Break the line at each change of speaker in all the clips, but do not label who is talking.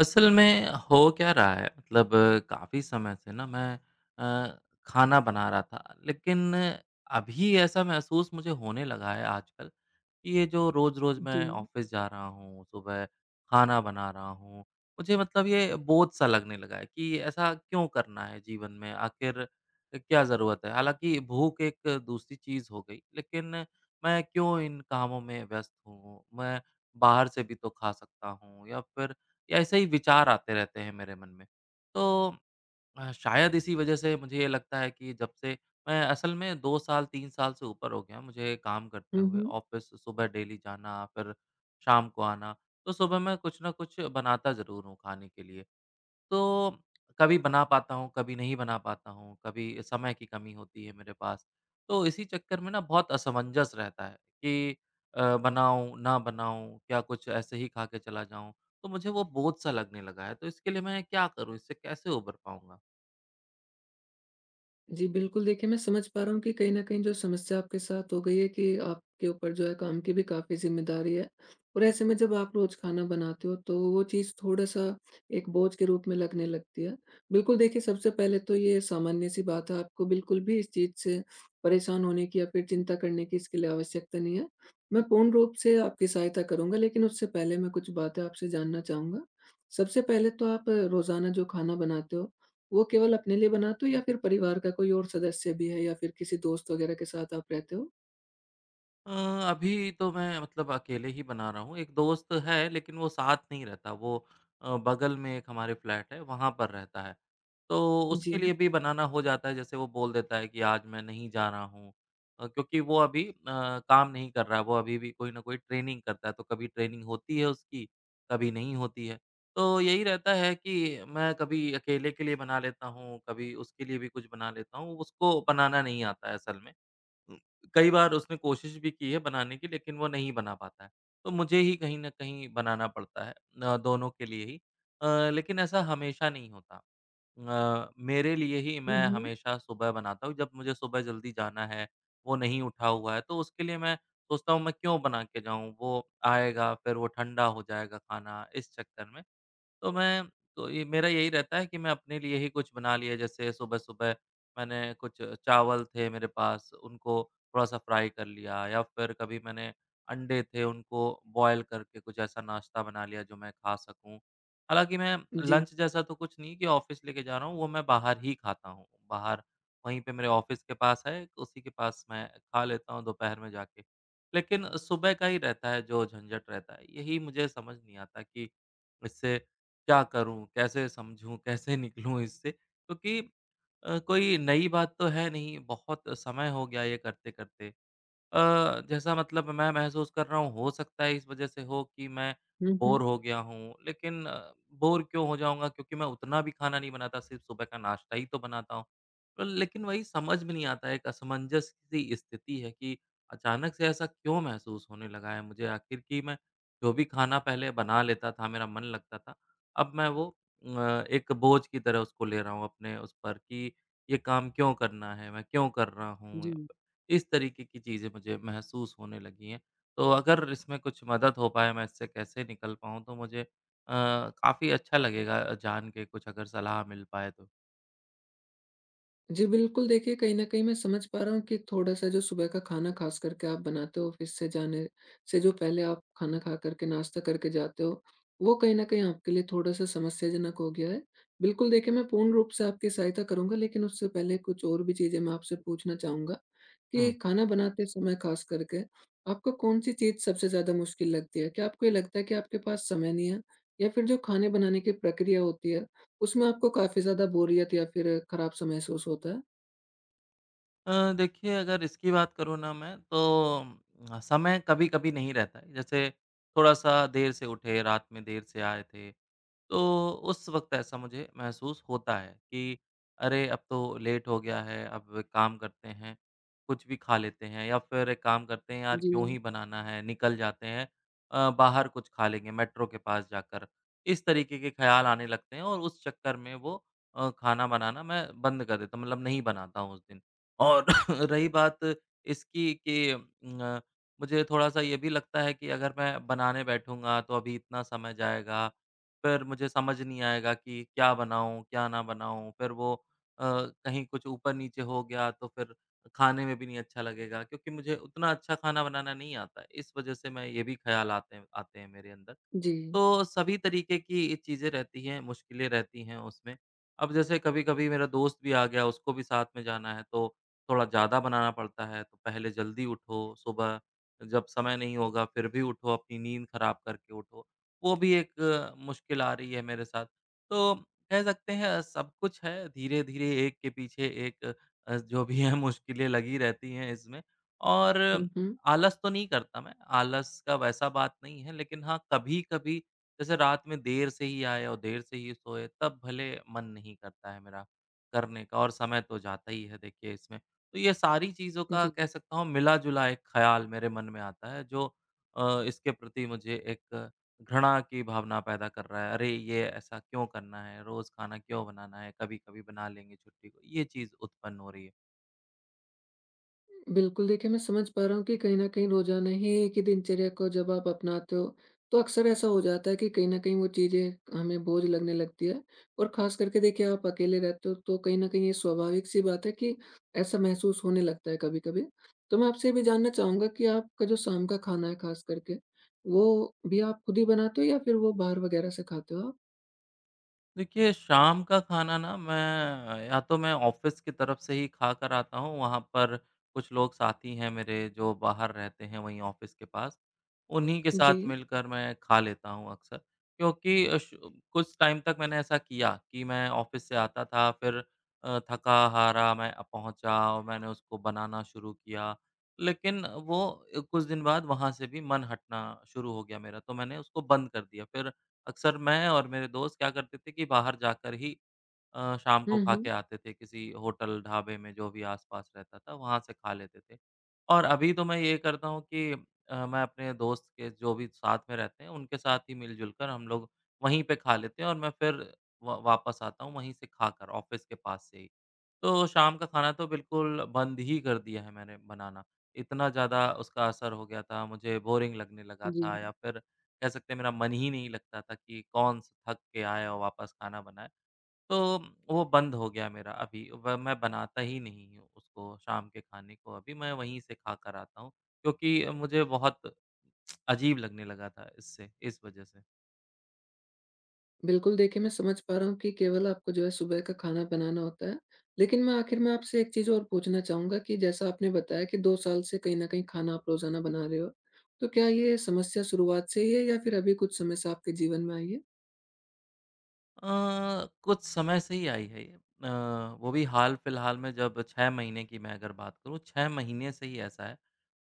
असल में हो क्या रहा है मतलब काफ़ी समय से ना मैं अ, खाना बना रहा था लेकिन अभी ऐसा महसूस मुझे होने लगा है आजकल कि ये जो रोज़-रोज़
जी।
मैं ऑफिस जा रहा हूँ, सुबह खाना बना रहा हूँ, मुझे मतलब ये बोझ सा लगने लगा है कि ऐसा क्यों करना है जीवन में आखिर क्या ज़रूरत है? हालाँकि भूख एक दूसरी चीज़ हो गई लेकिन मैं क्यों इन कामों में व्यस्त हूँ? मैं बाहर से भी तो खा सकता हूँ या फिर या ऐसे ही विचार आते रहते हैं मेरे मन में। तो शायद इसी वजह से मुझे ये लगता है कि जब से मैं असल में 2 साल 3 साल से ऊपर हो गया मुझे काम करते
हुँ,
हुए,
हुँ।
ऑफ़िस सुबह डेली जाना, फिर शाम को आना। तो सुबह मैं कुछ न कुछ बनाता ज़रूर हूँ खाने के लिए। तो कभी बना पाता हूँ, कभी नहीं बना पाता हूँ, कभी समय की कमी होती है मेरे पास। तो इसी चक्कर में ना बहुत असमंजस रहता है कि बनाऊँ, ना बनाऊँ, क्या कुछ ऐसे ही खा के चला जाऊँ? तो मुझे वो बोझ-सा लगने लगा है, तो इसके लिए मैं क्या करूँ? इससे कैसे उबर पाऊँगा?
जी, बिल्कुल देखिए मैं समझ पा रहा हूँ कि कहीं न कहीं जो समस्या आपके साथ हो गई है कि आपके ऊपर जो है काम की भी काफ़ी ज़िम्मेदारी है और ऐसे में जब आप रोज़ खाना बनाते हो तो वो चीज़ थोड़ा-सा एक बोझ के रूप में लगने लगती है। बिल्कुल देखिए, सबसे पहले तो ये सामान्य-सी बात है, आपको बिल्कुल भी इस चीज़ से परेशान होने की या फिर चिंता करने की इसके लिए आवश्यकता नहीं है। मैं पूर्ण रूप से आपकी सहायता करूँगा, लेकिन उससे पहले मैं कुछ बातें आपसे जानना चाहूँगा। सबसे पहले तो आप रोज़ाना जो खाना बनाते हो, वो केवल अपने लिए बनाते हो या फिर परिवार का कोई और सदस्य भी है या फिर किसी दोस्त वगैरह के साथ आप रहते हो?
अ, अभी तो मैं मतलब अकेले ही बना रहा हूँ। एक दोस्त है लेकिन वो साथ नहीं रहता, वो बगल में एक हमारे फ्लैट है, वहाँ पर रहता है। तो
जी।
उसके लिए भी बनाना हो जाता है, जैसे वो बोल देता है कि आज मैं नहीं जा रहा हूँ क्योंकि वो अभी काम नहीं कर रहा है, वो अभी भी कोई ना कोई ट्रेनिंग करता है, तो कभी ट्रेनिंग होती है उसकी, कभी नहीं होती है। तो यही रहता है कि मैं कभी अकेले के लिए बना लेता हूँ, कभी उसके लिए भी कुछ बना लेता हूँ, उसको बनाना नहीं आता है असल में। उम, कई बार उसने कोशिश भी की है बनाने की लेकिन वो नहीं बना पाता है। तो मुझे ही कहीं न कहीं बनाना पड़ता है दोनों के लिए ही। लेकिन ऐसा हमेशा नहीं होता। मेरे लिए ही
हुँ,
मैं
हुँ।
हमेशा सुबह बनाता हूँ, जब मुझे सुबह जल्दी जाना है, वो नहीं उठा हुआ है तो उसके लिए मैं सोचता हूँ मैं क्यों बना के जाऊँ, वो आएगा फिर वो ठंडा हो जाएगा खाना इस चक्कर में। तो मैं तो ये मेरा यही रहता है कि मैं अपने लिए ही कुछ बना लिया जैसे सुबह-सुबह मैंने कुछ चावल थे मेरे पास उनको थोड़ा-सा फ्राई कर लिया या फिर कभी मैंने अंडे थे उनको बॉयल करके कुछ ऐसा नाश्ता बना लिया जो मैं खा सकूँ। हालाँकि मैं
जी।
लंच जैसा तो कुछ नहीं कि ऑफ़िस लेके जा रहा हूँ, वो मैं बाहर ही खाता हूँ। बाहर वहीं पे मेरे ऑफ़िस के पास है, उसी के पास मैं खा लेता हूँ दोपहर में जाके। लेकिन सुबह का ही रहता है जो झंझट रहता है, यही मुझे समझ नहीं आता कि इससे क्या करूँ? कैसे समझूँ? कैसे निकलूँ इससे? क्योंकि कोई नई बात तो है नहीं, बहुत समय हो गया ये करते-करते। जैसा मतलब मैं महसूस कर रहा हूँ, हो सकता है इस वजह से हो कि मैं
हुँ,
बोर
हुँ।
हो गया हूँ। लेकिन बोर क्यों हो जाऊँगा क्योंकि मैं उतना भी खाना नहीं बनाता, सिर्फ़ सुबह का नाश्ता ही तो बनाता हूँ। तो लेकिन वही समझ में नहीं आता है, एक असमंजस सी स्थिति है कि अचानक से ऐसा क्यों महसूस होने लगा है मुझे आखिर कि मैं जो भी खाना पहले बना लेता था, मेरा मन लगता था, अब मैं वो एक बोझ की तरह उसको ले रहा हूँ अपने उस पर कि ये काम क्यों करना है, मैं क्यों कर रहा हूँ?
जी।
इस तरीके की चीज़ें मुझे महसूस होने लगी हैं। तो अगर इसमें कुछ मदद हो पाए, मैं इससे कैसे निकल पाऊँ तो मुझे काफ़ी अच्छा लगेगा जान के कुछ अगर सलाह मिल पाए तो।
जी, बिल्कुल देखिए, कहीं न कहीं मैं समझ पा रहा हूँ कि थोड़ा-सा जो सुबह का खाना ख़ास करके आप बनाते हो, ऑफ़िस से जाने से जो पहले आप खाना खा कर के नाश्ता करके जाते हो, वो कहीं न कहीं आपके लिए थोड़ा-सा समस्याजनक हो गया है। बिल्कुल देखिए, मैं पूर्ण रूप से आपकी सहायता करूँगा, लेकिन उससे पहले कुछ और भी चीज़ें मैं आपसे पूछना चाहूँगा कि
हुँ।
खाना बनाते समय ख़ास करके आपको कौन-सी चीज़ सबसे ज़्यादा मुश्किल लगती है? क्या आपको ये लगता है कि आपके पास समय नहीं है, या फिर जो खाने बनाने की प्रक्रिया होती है, उसमें आपको काफ़ी ज़्यादा बोरियत या फिर खराब-सा महसूस होता है?
देखिए अगर इसकी बात करूँ ना मैं तो समय कभी-कभी नहीं रहता है। जैसे थोड़ा-सा देर से उठे, रात में देर से आए थे तो उस वक़्त ऐसा मुझे महसूस होता है कि अरे! अब तो लेट हो गया है, अब काम करते हैं, कुछ भी खा लेते हैं या फिर एक काम करते हैं यार क्यों
जी,
ही बनाना है, निकल जाते हैं बाहर कुछ खा लेंगे मेट्रो के पास जाकर। इस तरीके के ख़्याल आने लगते हैं और उस चक्कर में वो खाना बनाना मैं बंद कर देता हूँ मतलब नहीं बनाता हूँ उस दिन। और रही बात इसकी कि मुझे थोड़ा-सा ये भी लगता है कि अगर मैं बनाने बैठूँगा तो अभी इतना समय जाएगा फिर मुझे समझ नहीं आएगा कि क्या बनाऊँ, क्या ना बनाऊँ? फिर वो कहीं कुछ ऊपर-नीचे हो गया तो फिर खाने में भी नहीं अच्छा लगेगा क्योंकि मुझे उतना अच्छा खाना बनाना नहीं आता है। इस वजह से मैं ये भी ख़्याल आते हैं मेरे अंदर।
जी।
तो सभी तरीके की चीज़ें रहती हैं, मुश्किलें रहती हैं उसमें। अब जैसे कभी-कभी मेरा दोस्त भी आ गया, उसको भी साथ में जाना है, तो थोड़ा ज़्यादा बनाना पड़ता है, तो पहले जल्दी उठो सुबह, जब समय नहीं होगा फिर भी उठो, अपनी नींद खराब करके उठो। वो भी एक मुश्किल आ रही है मेरे साथ। तो कह सकते हैं सब कुछ है, धीरे-धीरे एक के पीछे एक जो भी है मुश्किलें लगी रहती हैं इसमें। और
हुँ, हुँ।
आलस तो नहीं करता मैं, आलस का वैसा बात नहीं है, लेकिन हाँ, कभी-कभी जैसे रात में देर से ही आए और देर से ही सोए तब भले मन नहीं करता है मेरा करने का और समय तो जाता ही है देखिए इसमें। तो ये सारी चीज़ों का
जी।
कह सकता हूँ मिला-जुला एक ख़्याल मेरे मन में आता है जो इसके प्रति मुझे एक घृणा की भावना पैदा कर रहा है। अरे! ये ऐसा क्यों करना है? रोज़ खाना क्यों बनाना है? कभी-कभी बना लेंगे छुट्टी को। ये चीज़ उत्पन्न हो रही है।
बिल्कुल, देखिए मैं समझ पा रहा हूँ कि कहीं न कहीं रोज़ाना ही एक ही दिनचर्या को जब आप अपनाते हो, तो अक्सर ऐसा हो जाता है कि कहीं न कहीं वो चीज़ें हमें बोझ लगने लगती है। और ख़ास करके देखिए, आप अकेले रहते हो, तो कहीं न कहीं ये स्वाभाविक-सी बात है कि ऐसा महसूस होने लगता है कभी-कभी। तो मैं आपसे ये भी जानना चाहूँगा कि आपका जो शाम का खाना है ख़ास करके, वो भी आप खुद ही बनाते हो या फिर वो बाहर वग़ैरह से खाते हो आप?
देखिए, शाम का खाना ना मैं या तो मैं ऑफ़िस की तरफ से ही खाकर आता हूँ, वहाँ पर कुछ लोग साथी हैं मेरे जो बाहर रहते हैं वहीं ऑफ़िस के पास, उन्हीं के
जी।
साथ मिलकर मैं खा लेता हूँ अक्सर। क्योंकि अश कुछ टाइम तक मैंने ऐसा किया कि मैं ऑफ़िस से आता था फिर थका-हारा मैं पहुँचा और मैंने उसको बनाना शुरू किया। लेकिन वो कुछ दिन बाद वहाँ से भी मन हटना शुरू हो गया मेरा, तो मैंने उसको बंद कर दिया। फिर अक्सर मैं और मेरे दोस्त क्या करते थे कि बाहर जाकर ही शाम को
हुँ,
खा
हुँ।
के आते थे किसी होटल, ढाबे में जो भी आस-पास रहता था वहाँ से खा लेते थे। और अभी तो मैं ये करता हूँ कि मैं अपने दोस्त के जो भी साथ में रहते हैं उनके साथ ही मिल-जुल कर हम लोग वहीं पे खा लेते हैं और मैं फिर व वापस आता हूँ वहीं से खाकर ऑफ़िस के पास से ही। तो शाम का खाना तो बिल्कुल बंद ही कर दिया है मैंने बनाना। इतना ज़्यादा उसका असर हो गया था, मुझे बोरिंग लगने लगा
जी।
था या फिर कह सकते हैं मेरा मन ही नहीं लगता था कि कौन स थक के आए और वापस खाना बनाए। तो वो बंद हो गया मेरा अभी व मैं बनाता ही नहीं हूँ उसको शाम के खाने को अभी, मैं वहीं से खाकर आता हूँ क्योंकि मुझे बहुत अजीब लगने लगा था इससे, इस वज़ह से।
बिल्कुल, देखिए मैं समझ पा रहा हूँ कि केवल आपको जो है सुबह का खाना बनाना होता है। लेकिन मैं आखिर में आपसे एक चीज़ और पूछना चाहूँगा कि जैसा आपने बताया कि 2 साल से कहीं न कहीं खाना आप रोज़ाना बना रहे हो। तो क्या ये समस्या शुरुआत से ही है या फिर अभी कुछ समय से आपके जीवन में आई है?
अ, कुछ समय से ही आई है ये। वो भी हाल-फिलहाल में जब 6 महीने की मैं अगर बात करूँ, 6 महीने से ही ऐसा है।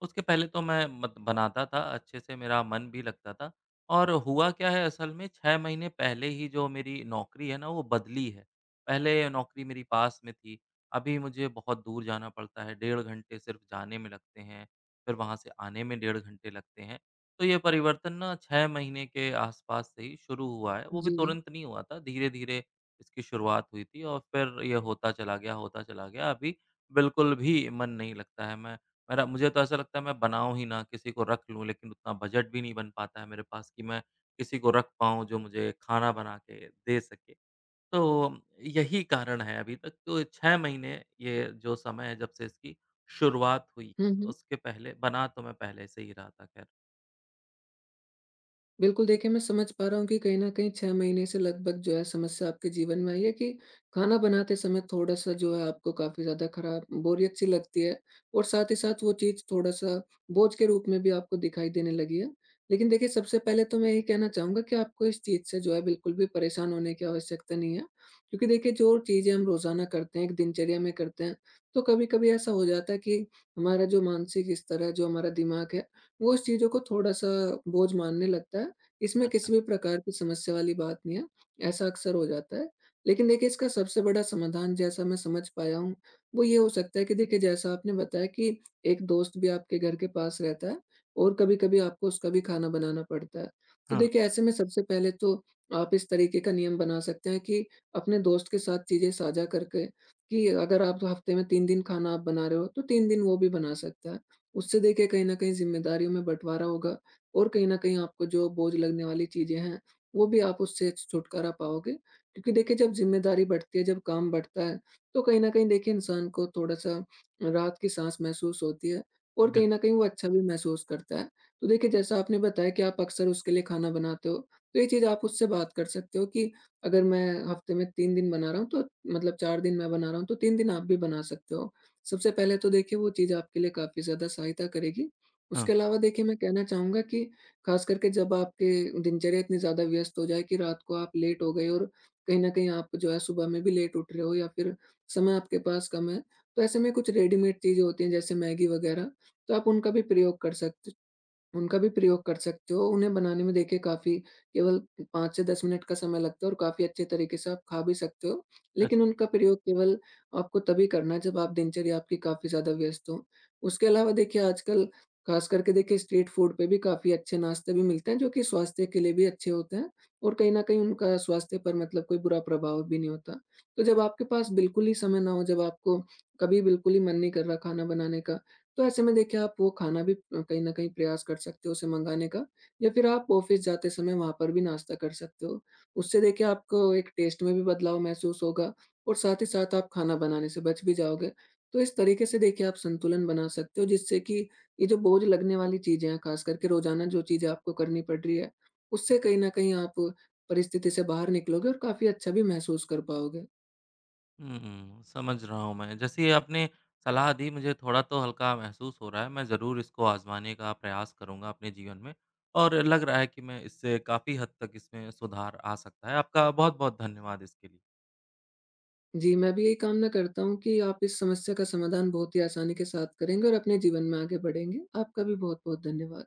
उसके पहले तो मैं मत बनाता था, अच्छे से मेरा मन भी लगता था और हुआ क्या है असल में 6 महीने पहले ही जो मेरी नौकरी है ना, वो बदली है। पहले नौकरी मेरी पास में थी, अभी मुझे बहुत दूर जाना पड़ता है, डेढ़ घंटे सिर्फ़ जाने में लगते हैं, फिर वहाँ से आने में डेढ़ घंटे लगते हैं। तो ये परिवर्तन ना 6 महीने के आसपास से ही शुरू हुआ है, वो भी
जी।
तुरंत नहीं हुआ था, धीरे-धीरे इसकी शुरुआत हुई थी और फिर ये होता चला गया, होता चला गया। अभी बिल्कुल भी मन नहीं लगता है, मैं मेरा मुझे तो ऐसा लगता है मैं बनाऊँ ही ना, किसी को रख लूँ, लेकिन उतना बजट भी नहीं बन पाता है मेरे पास कि मैं किसी को रख पाऊँ जो मुझे खाना बना के दे सके। तो यही कारण है अभी तक, तो 6 महीने ये जो समय है जब से इसकी शुरुआत हुई
हुँ,
है,
हुँ।
उसके पहले बना तो मैं पहले से ही रहा था खैर।
बिल्कुल, देखिए मैं समझ पा रहा हूँ कि कहीं न कहीं 6 महीने से लगभग जो है समस्या आपके जीवन में आई है कि खाना बनाते समय थोड़ा-सा जो है आपको काफ़ी ज़्यादा खराब बोरियत सी लगती है, और साथ ही साथ वो चीज़ थोड़ा-सा बोझ के रूप में भी आपको दिखाई देने लगी है। लेकिन देखिए, सबसे पहले तो मैं यही कहना चाहूँगा कि आपको इस चीज़ से जो है बिल्कुल भी परेशान होने की आवश्यकता नहीं है, क्योंकि देखिए जो चीज़ें हम रोज़ाना करते हैं, एक दिनचर्या में करते हैं, तो कभी-कभी ऐसा हो जाता है कि हमारा जो मानसिक स्तर है, जो हमारा दिमाग है, वो उस चीज़ों को थोड़ा-सा बोझ मानने लगता है। इसमें किसी भी प्रकार की समस्या वाली बात नहीं है, ऐसा अक्सर हो जाता है। लेकिन देखिए, इसका सबसे बड़ा समाधान जैसा मैं समझ पाया हूँ, वो ये हो सकता है कि देखिए, जैसा आपने बताया कि एक दोस्त भी आपके घर के पास रहता है और कभी-कभी आपको उसका भी खाना बनाना पड़ता है। तो
हाँ,
देखिए ऐसे में सबसे पहले तो आप इस तरीके का नियम बना सकते हैं कि अपने दोस्त के साथ चीज़ें साझा करके, कि अगर आप हफ्ते में 3 दिन खाना आप बना रहे हो, तो 3 दिन वो भी बना सकता है। उससे देखिए कहीं न कहीं ज़िम्मेदारियों में बँटवारा होगा, और कहीं न कहीं आपको जो बोझ लगने वाली चीज़ें हैं, वो भी आप उससे छुटकारा पाओगे। क्योंकि देखिए, जब ज़िम्मेदारी बढ़ती है, जब काम बढ़ता है, तो कहीं न कहीं देखिए इंसान को थोड़ा-सा राहत की साँस महसूस होती है, और कहीं न
बिल्कुल,
कहीं वो अच्छा भी महसूस करता है। तो देखिए जैसा आपने बताया कि आप अक्सर उसके लिए खाना बनाते हो, तो ये चीज़ आप उससे बात कर सकते हो कि अगर मैं हफ़्ते में 3 दिन बना रहा हूँ, तो मतलब 4 दिन मैं बना रहा हूँ, तो 3 दिन आप भी बना सकते हो। सबसे पहले तो देखिए वो चीज़ आपके लिए काफ़ी ज़्यादा सहायता करेगी।
हाँ,
उसके अलावा देखिए मैं कहना चाहूँगा कि ख़ास करके जब आपके दिनचर्या इतनी ज़्यादा व्यस्त हो जाए कि रात को आप लेट हो गए और कहीं न कहीं आप जो है सुबह में भी लेट उठ रहे हो, या फिर समय आपके पास कम है, तो ऐसे में कुछ रेडीमेड चीज़ें होती हैं जैसे मैगी वग़ैरह, तो आप उनका भी प्रयोग कर सकते हो। उन्हें बनाने में देखिए काफ़ी केवल 5 से 10 मिनट का समय लगता है, और काफ़ी अच्छे तरीके से आप खा भी सकते हो।
अच्छा।
लेकिन उनका प्रयोग केवल आपको तभी करना है जब आप दिनचर्या आपकी काफ़ी ज़्यादा व्यस्त हो। उसके अलावा देखिए आजकल ख़ास करके देखिए स्ट्रीट फूड पे भी काफ़ी अच्छे नाश्ते भी मिलते हैं, जो कि स्वास्थ्य के लिए भी अच्छे होते हैं, और कहीं न कहीं उनका स्वास्थ्य पर मतलब कोई बुरा प्रभाव भी नहीं होता। तो जब आपके पास बिल्कुल ही समय ना हो, जब आपको कभी बिल्कुल ही मन नहीं कर रहा खाना बनाने का, तो ऐसे में देखिए आप वो खाना भी कहीं न कहीं प्रयास कर सकते हो उसे मँगाने का, या फिर आप ऑफ़िस जाते समय वहाँ पर भी नाश्ता कर सकते हो। उससे देखिए आपको एक टेस्ट में भी बदलाव महसूस होगा, और साथ ही साथ आप खाना बनाने से बच भी जाओगे। तो इस तरीके से देखिए आप संतुलन बना सकते हो, जिससे कि ये जो बोझ लगने वाली चीज़ें हैं, ख़ास करके रोज़ाना जो चीज़ें आपको करनी पड़ रही है, उससे कहीं न कहीं आप परिस्थिति से बाहर निकलोगे और काफ़ी अच्छा भी महसूस कर पाओगे।
हुँ, समझ रहा हूँ मैं। जैसे ये आपने सलाह दी, मुझे थोड़ा तो हल्का महसूस हो रहा है। मैं ज़रूर इसको आज़माने का प्रयास करूँगा अपने जीवन में और लग रहा है कि मैं इससे काफ़ी हद तक इसमें सुधार आ सकता है। आपका बहुत-बहुत धन्यवाद इसके लिए।
जी, मैं भी यही कामना करता हूँ कि आप इस समस्या का समाधान बहुत ही आसानी के साथ करेंगे और अपने जीवन में आगे बढ़ेंगे। आपका भी बहुत-बहुत धन्यवाद।